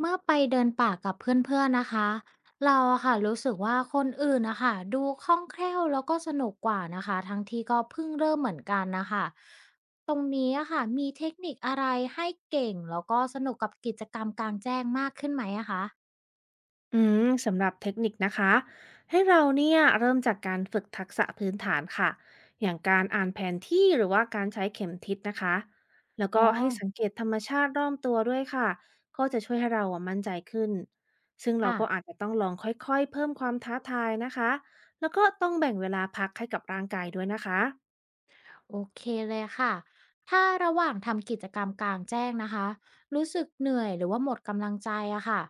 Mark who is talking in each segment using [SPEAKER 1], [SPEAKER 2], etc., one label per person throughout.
[SPEAKER 1] เมื่อไปเดินป่ากับเพื่อนๆนะคะเราอะค่ะรู้สึกว่าคนอื่นนะคะดูคล่องแคล่วแล้วก็สนุกกว่านะคะทั้งที่ก็เพิ่งเริ่มเหมือนกันนะคะตรงนี้อะค่ะมีเทคนิคอะไรให้เก่งแล้วก็สนุกกับกิจกรรมกลางแจ้งมากขึ้นไหมอะคะ
[SPEAKER 2] สำหรับเทคนิคนะคะให้เราเนี่ยเริ่มจากการฝึกทักษะพื้นฐานค่ะอย่างการอ่านแผนที่หรือว่าการใช้เข็มทิศนะคะแล้ว
[SPEAKER 1] อ๋
[SPEAKER 2] ก็
[SPEAKER 1] อ
[SPEAKER 2] ให้สังเกตธรรมชาติรอบตัวด้วยค่ะก็จะช่วยให้เราอะมั่นใจขึ้นซึ่งเรา
[SPEAKER 1] ค่ะ
[SPEAKER 2] ก็อาจจะต้องลองค่อยๆเพิ่มความท้าทายนะคะแล้วก็ต้องแบ่งเวลาพักให้กับร่างกายด้วยนะคะ
[SPEAKER 1] โอเคเลยค่ะ ถ้าระหว่างทำกิจกรรมกลางแจ้งนะคะรู้สึกเหนื่อยหรือว่าหมดกำลังใจอะค่ะ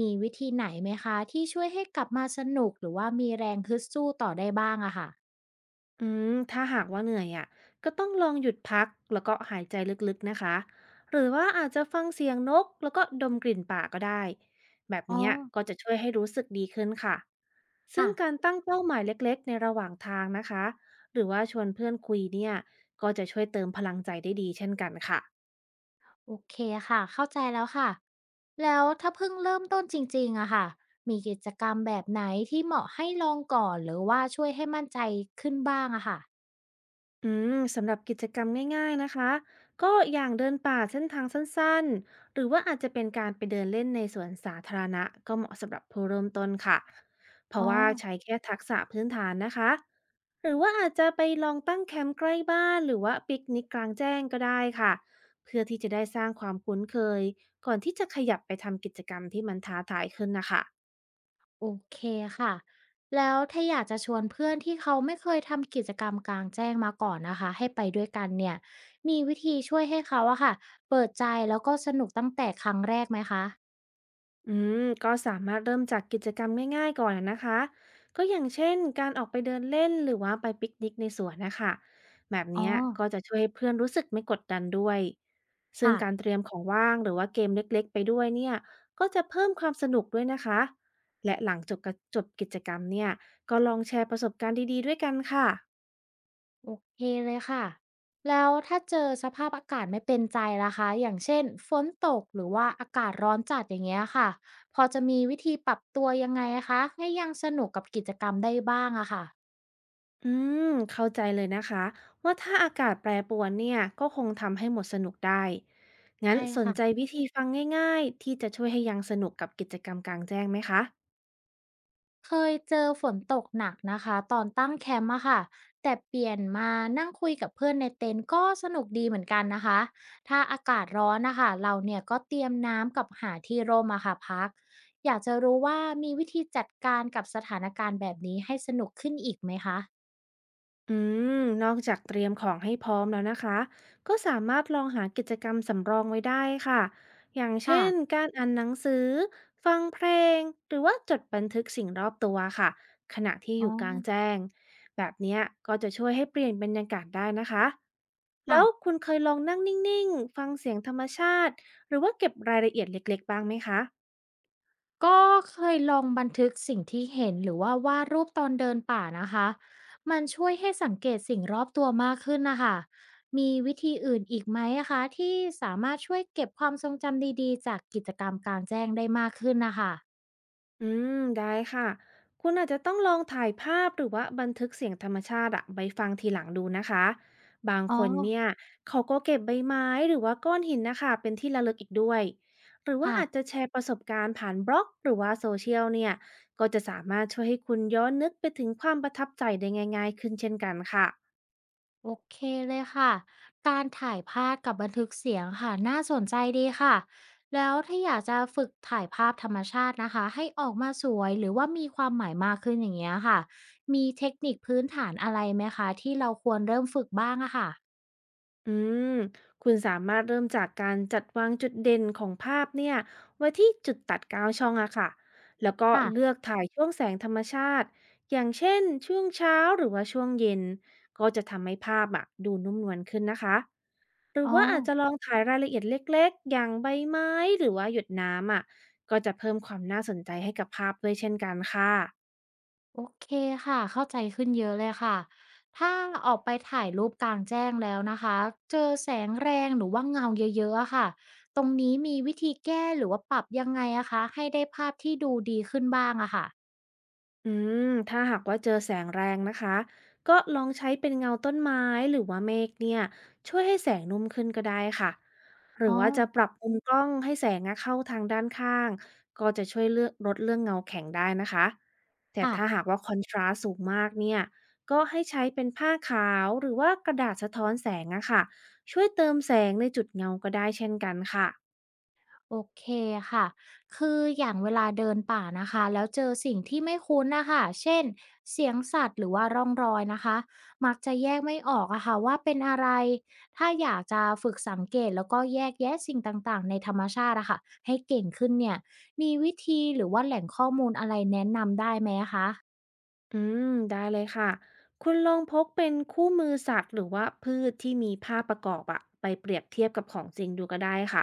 [SPEAKER 1] มีวิธีไหนไหมคะที่ช่วยให้กลับมาสนุกหรือว่ามีแรงฮึดสู้ต่อได้บ้างอะค่ะ
[SPEAKER 2] ถ้าหากว่าเหนื่อยอ่ะก็ต้องลองหยุดพักแล้วก็หายใจลึกๆนะคะหรือว่าอาจจะฟังเสียงนกแล้วก็ดมกลิ่นป่าก็ได้แบบ
[SPEAKER 1] อ๋อ
[SPEAKER 2] เนี้ยก็จะช่วยให้รู้สึกดีขึ้นค่ะซึ่
[SPEAKER 1] ค่ะ
[SPEAKER 2] งการตั้งเป้าหมายเล็กๆในระหว่างทางนะคะหรือว่าชวนเพื่อนคุยเนี่ยก็จะช่วยเติมพลังใจได้ดีเช่นกันค่ะ
[SPEAKER 1] โอเคค่ะเข้าใจแล้วค่ะแล้วถ้าเพิ่งเริ่มต้นจริงๆอะค่ะมีกิจกรรมแบบไหนที่เหมาะให้ลองก่อนหรือว่าช่วยให้มั่นใจขึ้นบ้างอะค่ะ
[SPEAKER 2] สำหรับกิจกรรมง่ายๆนะคะก็อย่างเดินป่าเส้นทางสั้นๆหรือว่าอาจจะเป็นการไปเดินเล่นในสวนสาธารณะก็เหมาะสำหรับผู้เริ่มต้นค่ะเพ
[SPEAKER 1] อ๋
[SPEAKER 2] ราะ
[SPEAKER 1] อ
[SPEAKER 2] ว่าใช้แค่ทักษะพื้นฐานนะคะหรือว่าอาจจะไปลองตั้งแคมป์ใกล้บ้านหรือว่าปิกนิกกลางแจ้งก็ได้ค่ะเพื่อที่จะได้สร้างความคุ้นเคยก่อนที่จะขยับไปทำกิจกรรมที่มันท้าทายขึ้นนะคะ
[SPEAKER 1] โอเคค่ะ แล้วถ้าอยากจะชวนเพื่อนที่เขาไม่เคยทำกิจกรรมกลางแจ้งมาก่อนนะคะให้ไปด้วยกันเนี่ย มีวิธีช่วยให้เขาอะค่ะเปิดใจแล้วก็สนุกตั้งแต่ครั้งแรกไหมคะ
[SPEAKER 2] อืมก็สามารถเริ่มจากกิจกรรมง่ายๆก่อนนะคะก็อย่างเช่นการออกไปเดินเล่นหรือว่าไปปิกนิกในสวนนะคะแบบ
[SPEAKER 1] อ๋อ
[SPEAKER 2] เนี้ยก็จะช่วยให้เพื่อนรู้สึกไม่กดดันด้วยซึ่ง
[SPEAKER 1] ค่ะ
[SPEAKER 2] การเตรียมของว่างหรือว่าเกมเล็กๆไปด้วยเนี่ยก็จะเพิ่มความสนุกด้วยนะคะและหลังจบกิจกรรมเนี่ยก็ลองแชร์ประสบการณ์ดีๆด้วยกันค่ะ
[SPEAKER 1] โอเคเลยค่ะ แล้วถ้าเจอสภาพอากาศไม่เป็นใจล่ะคะอย่างเช่นฝนตกหรือว่าอากาศร้อนจัดอย่างเงี้ยค่ะ พอจะมีวิธีปรับตัวยังไงคะให้ยังสนุกกับกิจกรรมได้บ้างอะค่ะ
[SPEAKER 2] อืมเข้าใจเลยนะคะว่าถ้าอากาศแปรปรวนเนี่ยก็คงทำให้หมดสนุกได้ งั้น
[SPEAKER 1] ใช่
[SPEAKER 2] สน
[SPEAKER 1] ค่ะ
[SPEAKER 2] ใจวิธีฟังง่ายๆที่จะช่วยให้ยังสนุกกับกิจกรรมกลางแจ้งไหมคะ
[SPEAKER 1] เคยเจอฝนตกหนักนะคะตอนตั้งแคมป์อะค่ะแต่เปลี่ยนมานั่งคุยกับเพื่อนในเต็นท์ก็สนุกดีเหมือนกันนะคะถ้าอากาศร้อนนะคะเราเนี่ยก็เตรียมน้ำกับหาที่ร่มอะค่ะพักอยากจะรู้ว่ามีวิธีจัดการกับสถานการณ์แบบนี้ให้สนุกขึ้นอีกไหมคะ
[SPEAKER 2] อืมนอกจากเตรียมของให้พร้อมแล้วนะคะ ก็สามารถลองหากิจกรรมสำรองไว้ได้ค่ะ อย่างเช่
[SPEAKER 1] ค่ะ
[SPEAKER 2] นการอ่านหนังสือ ฟังเพลงหรือว่าจดบันทึกสิ่งรอบตัวค่ะ ขณะที่อ
[SPEAKER 1] อ๋อ
[SPEAKER 2] ยู่กลางแจ้ง แบบเนี้ยก็จะช่วยให้เปลี่ยนบรรยากาศได้นะคะ แล้
[SPEAKER 1] ค่ะ
[SPEAKER 2] วคุณเคยลองนั่งนิ่งๆ ฟังเสียงธรรมชาติ หรือว่าเก็บรายละเอียดเล็กๆบ้างไหมคะ
[SPEAKER 1] ก็เคยลองบันทึกสิ่งที่เห็นหรือว่าวาดรูปตอนเดินป่านะคะมันช่วยให้สังเกตสิ่งรอบตัวมากขึ้นนะคะมีวิธีอื่นอีกไหมอะคะที่สามารถช่วยเก็บความทรงจำดีๆจากกิจกรรมกลางแจ้งได้มากขึ้นนะคะ
[SPEAKER 2] อืได้ค่ะคุณอาจจะต้องลองถ่ายภาพหรือว่าบันทึกเสียงธรรมชาติอะไว้ฟังทีหลังดูนะคะบาง
[SPEAKER 1] อ๋อ
[SPEAKER 2] คนเนี่ยเขาก็เก็บใบไม้หรือว่าก้อนหินนะคะเป็นที่ระลึกอีกด้วยหรือว่า
[SPEAKER 1] ค่ะ
[SPEAKER 2] อาจจะแชร์ประสบการณ์ผ่านบล็อกหรือว่าโซเชียลเนี่ยก็จะสามารถช่วยให้คุณย้อนนึกไปถึงความประทับใจได้ง่ายๆขึ้นเช่นกันค่ะ
[SPEAKER 1] โอเคเลยค่ะ การถ่ายภาพกับบันทึกเสียงค่ะน่าสนใจดีค่ะแล้วถ้าอยากจะฝึกถ่ายภาพธรรมชาตินะคะให้ออกมาสวยหรือว่ามีความหมายมากขึ้นอย่างเงี้ยค่ะมีเทคนิคพื้นฐานอะไรไหมคะที่เราควรเริ่มฝึกบ้างอะค่ะ
[SPEAKER 2] อืมคุณสามารถเริ่มจากการจัดวางจุดเด่นของภาพเนี่ยไว้ที่จุดตัดเกาวช่องอะค่ะแล้วก็เลื
[SPEAKER 1] ค่ะ
[SPEAKER 2] อกถ่ายช่วงแสงธรรมชาติอย่างเช่นช่วงเช้าหรือว่าช่วงเย็นก็จะทำให้ภาพอะดูนุ่มนวลขึ้นนะคะหรือ
[SPEAKER 1] อ๋อ
[SPEAKER 2] ว่าอาจจะลองถ่ายรายละเอียดเล็กๆอย่างใบไม้หรือว่าหยดน้ำอะก็จะเพิ่มความน่าสนใจให้กับภาพด้วยเช่นกันค่ะ
[SPEAKER 1] โอเคค่ะเข้าใจขึ้นเยอะเลยค่ะถ้าออกไปถ่ายรูปกลางแจ้งแล้วนะคะเจอแสงแรงหรือว่าเงาเยอะๆอะค่ะตรงนี้มีวิธีแก้หรือว่าปรับยังไงอะคะให้ได้ภาพที่ดูดีขึ้นบ้างอะค่ะ
[SPEAKER 2] อืมถ้าหากว่าเจอแสงแรงนะคะก็ลองใช้เป็นเงาต้นไม้หรือว่าเมฆเนี่ยช่วยให้แสงนุ่มขึ้นก็ได้ค่ะหรือ
[SPEAKER 1] อ๋อ
[SPEAKER 2] ว่าจะปรับมุมกล้องให้แสงอะเข้าทางด้านข้างก็จะช่วยเลือกลดเรื่องเงาแข็งได้นะคะแต่
[SPEAKER 1] ค่ะ
[SPEAKER 2] ถ้าหากว่าคอนทราสต์สูงมากเนี่ยก็ให้ใช้เป็นผ้าขาวหรือว่ากระดาษสะท้อนแสงอะค่ะช่วยเติมแสงในจุดเงาก็ได้เช่นกันค่ะ
[SPEAKER 1] โอเคค่ะ คืออย่างเวลาเดินป่านะคะแล้วเจอสิ่งที่ไม่คุ้นนะคะ เช่นเสียงสัตว์หรือว่าร่องรอยนะคะ มักจะแยกไม่ออกอะค่ะว่าเป็นอะไร ถ้าอยากจะฝึกสังเกตแล้วก็แยกแยะสิ่งต่างๆในธรรมชาติอะค่ะให้เก่งขึ้นเนี่ย มีวิธีหรือว่าแหล่งข้อมูลอะไรแนะนำได้ไหมะคะ
[SPEAKER 2] อืมได้เลยค่ะ คุณลองพกเป็นคู่มือสัตว์หรือว่าพืชที่มีภาพประกอบอะไปเปรียบเทียบกับของจริงดูก็ได้ค่ะ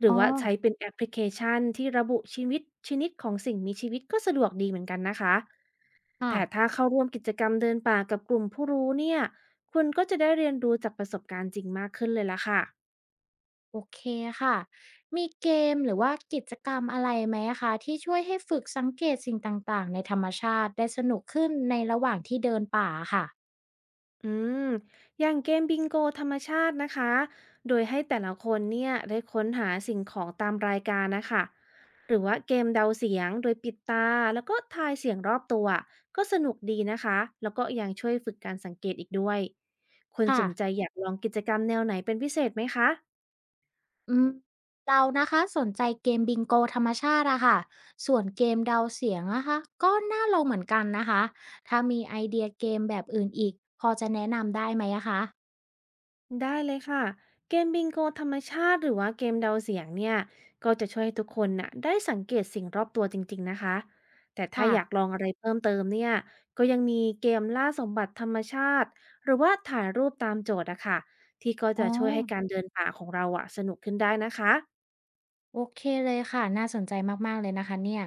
[SPEAKER 2] หรือ
[SPEAKER 1] อ๋อ
[SPEAKER 2] ว่าใช้เป็นแอปพลิเคชันที่ระบุชีวิตชนิดของสิ่งมีชีวิตก็สะดวกดีเหมือนกันนะคะ
[SPEAKER 1] ค่ะ
[SPEAKER 2] แต่ถ้าเข้าร่วมกิจกรรมเดินป่ากับกลุ่มผู้รู้เนี่ย คุณก็จะได้เรียนรู้จากประสบการณ์จริงมากขึ้นเลยละค่ะ
[SPEAKER 1] โอเคค่ะมีเกมหรือว่ากิจกรรมอะไรไหมคะที่ช่วยให้ฝึกสังเกตสิ่งต่างๆในธรรมชาติได้สนุกขึ้นในระหว่างที่เดินป่าค่ะ
[SPEAKER 2] อืม อย่างเกมบิงโกธรรมชาตินะคะ โดยให้แต่ละคนเนี่ยได้ค้นหาสิ่งของตามรายการนะคะ หรือว่าเกมเดาเสียงโดยปิดตาแล้วก็ทายเสียงรอบตัวก็สนุกดีนะคะ แล้วก็ยังช่วยฝึกการสังเกตอีกด้วยคุณส
[SPEAKER 1] ค่ะ
[SPEAKER 2] นใจอยากลองกิจกรรมแนวไหนเป็นพิเศษไหมคะ
[SPEAKER 1] อืมเรานะคะสนใจเกมบิงโกธรรมชาติอะค่ะส่วนเกมเดาเสียงนะคะก็น่าลองเหมือนกันนะคะ ถ้ามีไอเดียเกมแบบอื่นอีกพอจะแนะนำได้ไหมอะคะ
[SPEAKER 2] ได้เลยค่ะ เกมบิงโกธรรมชาติหรือว่าเกมเดาเสียงเนี่ยก็จะช่วยให้ทุกคนน่ะได้สังเกตสิ่งรอบตัวจริงๆนะคะแต่ถ้า
[SPEAKER 1] ค่ะ
[SPEAKER 2] อยากลองอะไรเพิ่มเติมเนี่ยก็ยังมีเกมล่าสมบัติธรรมชาติหรือว่าถ่ายรูปตามโจทย์อะค่ะที่ก็
[SPEAKER 1] อ๋
[SPEAKER 2] จะ
[SPEAKER 1] อ
[SPEAKER 2] ช่วยให้การเดินป่าของเราอะสนุกขึ้นได้นะคะ
[SPEAKER 1] โอเคเลยค่ะน่าสนใจมากๆเลยนะคะเนี่ย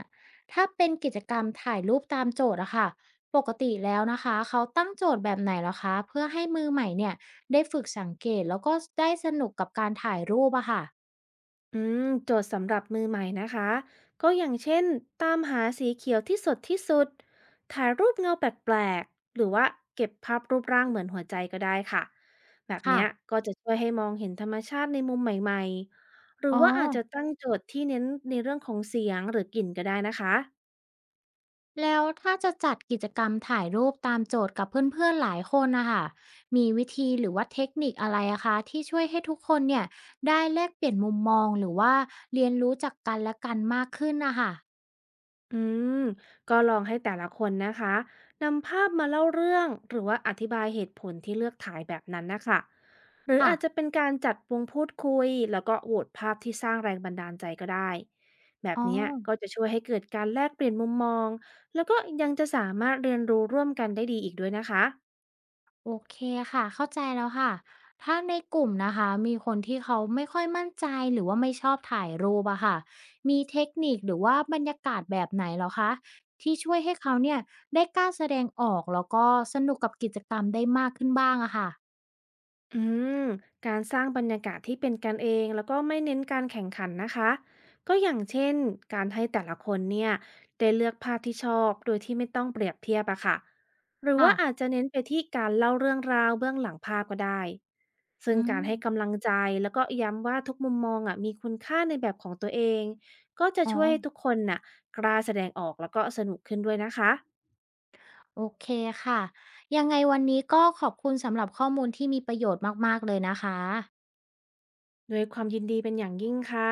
[SPEAKER 1] ถ้าเป็นกิจกรรมถ่ายรูปตามโจทย์อะค่ะปกติแล้วนะคะเขาตั้งโจทย์แบบไหนเล้วคะเพื่อให้มือใหม่เนี่ยได้ฝึกสังเกตแล้วก็ได้สนุกกับการถ่ายรูปอะค่ะ
[SPEAKER 2] โจทย์สำหรับมือใหม่นะคะก็อย่างเช่นตามหาสีเขียวที่สดที่สุดถ่ายรูปเงาแปลกๆหรือว่าเก็บภาพรูปร่างเหมือนหัวใจก็ได้ค่ะแบบ
[SPEAKER 1] ค่ะ
[SPEAKER 2] เนี้ยก็จะช่วยให้มองเห็นธรรมชาติในมุมใหม่ๆหรือ
[SPEAKER 1] อ๋อ
[SPEAKER 2] ว่าอาจจะตั้งโจทย์ที่เน้นในเรื่องของเสียงหรือกลิ่นก็ได้นะคะ
[SPEAKER 1] แล้วถ้าจะจัดกิจกรรมถ่ายรูปตามโจทย์กับเพื่อนๆหลายคนนะคะมีวิธีหรือว่าเทคนิคอะไรอะคะที่ช่วยให้ทุกคนเนี่ยได้แลกเปลี่ยนมุมมองหรือว่าเรียนรู้จากกันและกันมากขึ้นนะคะ
[SPEAKER 2] อืมก็ลองให้แต่ละคนนะคะนำภาพมาเล่าเรื่องหรือว่าอธิบายเหตุผลที่เลือกถ่ายแบบนั้นนะคะหรือ
[SPEAKER 1] ค่ะ
[SPEAKER 2] อาจจะเป็นการจัดวงพูดคุยแล้วก็โหวตภาพที่สร้างแรงบันดาลใจก็ได้แบบ
[SPEAKER 1] อ๋อ
[SPEAKER 2] เนี้ยก็จะช่วยให้เกิดการแลกเปลี่ยนมุมมองแล้วก็ยังจะสามารถเรียนรู้ร่วมกันได้ดีอีกด้วยนะคะ
[SPEAKER 1] โอเคค่ะเข้าใจแล้วค่ะถ้าในกลุ่มนะคะมีคนที่เขาไม่ค่อยมั่นใจหรือว่าไม่ชอบถ่ายรูปอะค่ะมีเทคนิคหรือว่าบรรยากาศแบบไหนเหรอคะที่ช่วยให้เขาเนี่ยได้กล้าแสดงออกแล้วก็สนุกกับกิจกรรมได้มากขึ้นบ้างอะค่ะ
[SPEAKER 2] อืมการสร้างบรรยากาศที่เป็นกันเองแล้วก็ไม่เน้นการแข่งขันนะคะก็อย่างเช่นการให้แต่ละคนเนี่ยได้เลือกภาพที่ชอบโดยที่ไม่ต้องเปรียบเทียบอะค่ะหรือ
[SPEAKER 1] ค่ะ
[SPEAKER 2] ว่าอาจจะเน้นไปที่การเล่าเรื่องราวเบื้องหลังภาพก็ได้ซึ่ง
[SPEAKER 1] อื
[SPEAKER 2] การ
[SPEAKER 1] ม
[SPEAKER 2] ให้กำลังใจแล้วก็ย้ำว่าทุกมุมมองอะมีคุณค่าในแบบของตัวเองก็จะ
[SPEAKER 1] อ๋อ
[SPEAKER 2] ช่วยให้ทุกคนน่ะกล้าแสดงออกแล้วก็สนุกขึ้นด้วยนะคะ
[SPEAKER 1] โอเคค่ะยังไงวันนี้ก็ขอบคุณสำหรับข้อมูลที่มีประโยชน์มากๆเลยนะคะ
[SPEAKER 2] ด้วยความยินดีเป็นอย่างยิ่งค่ะ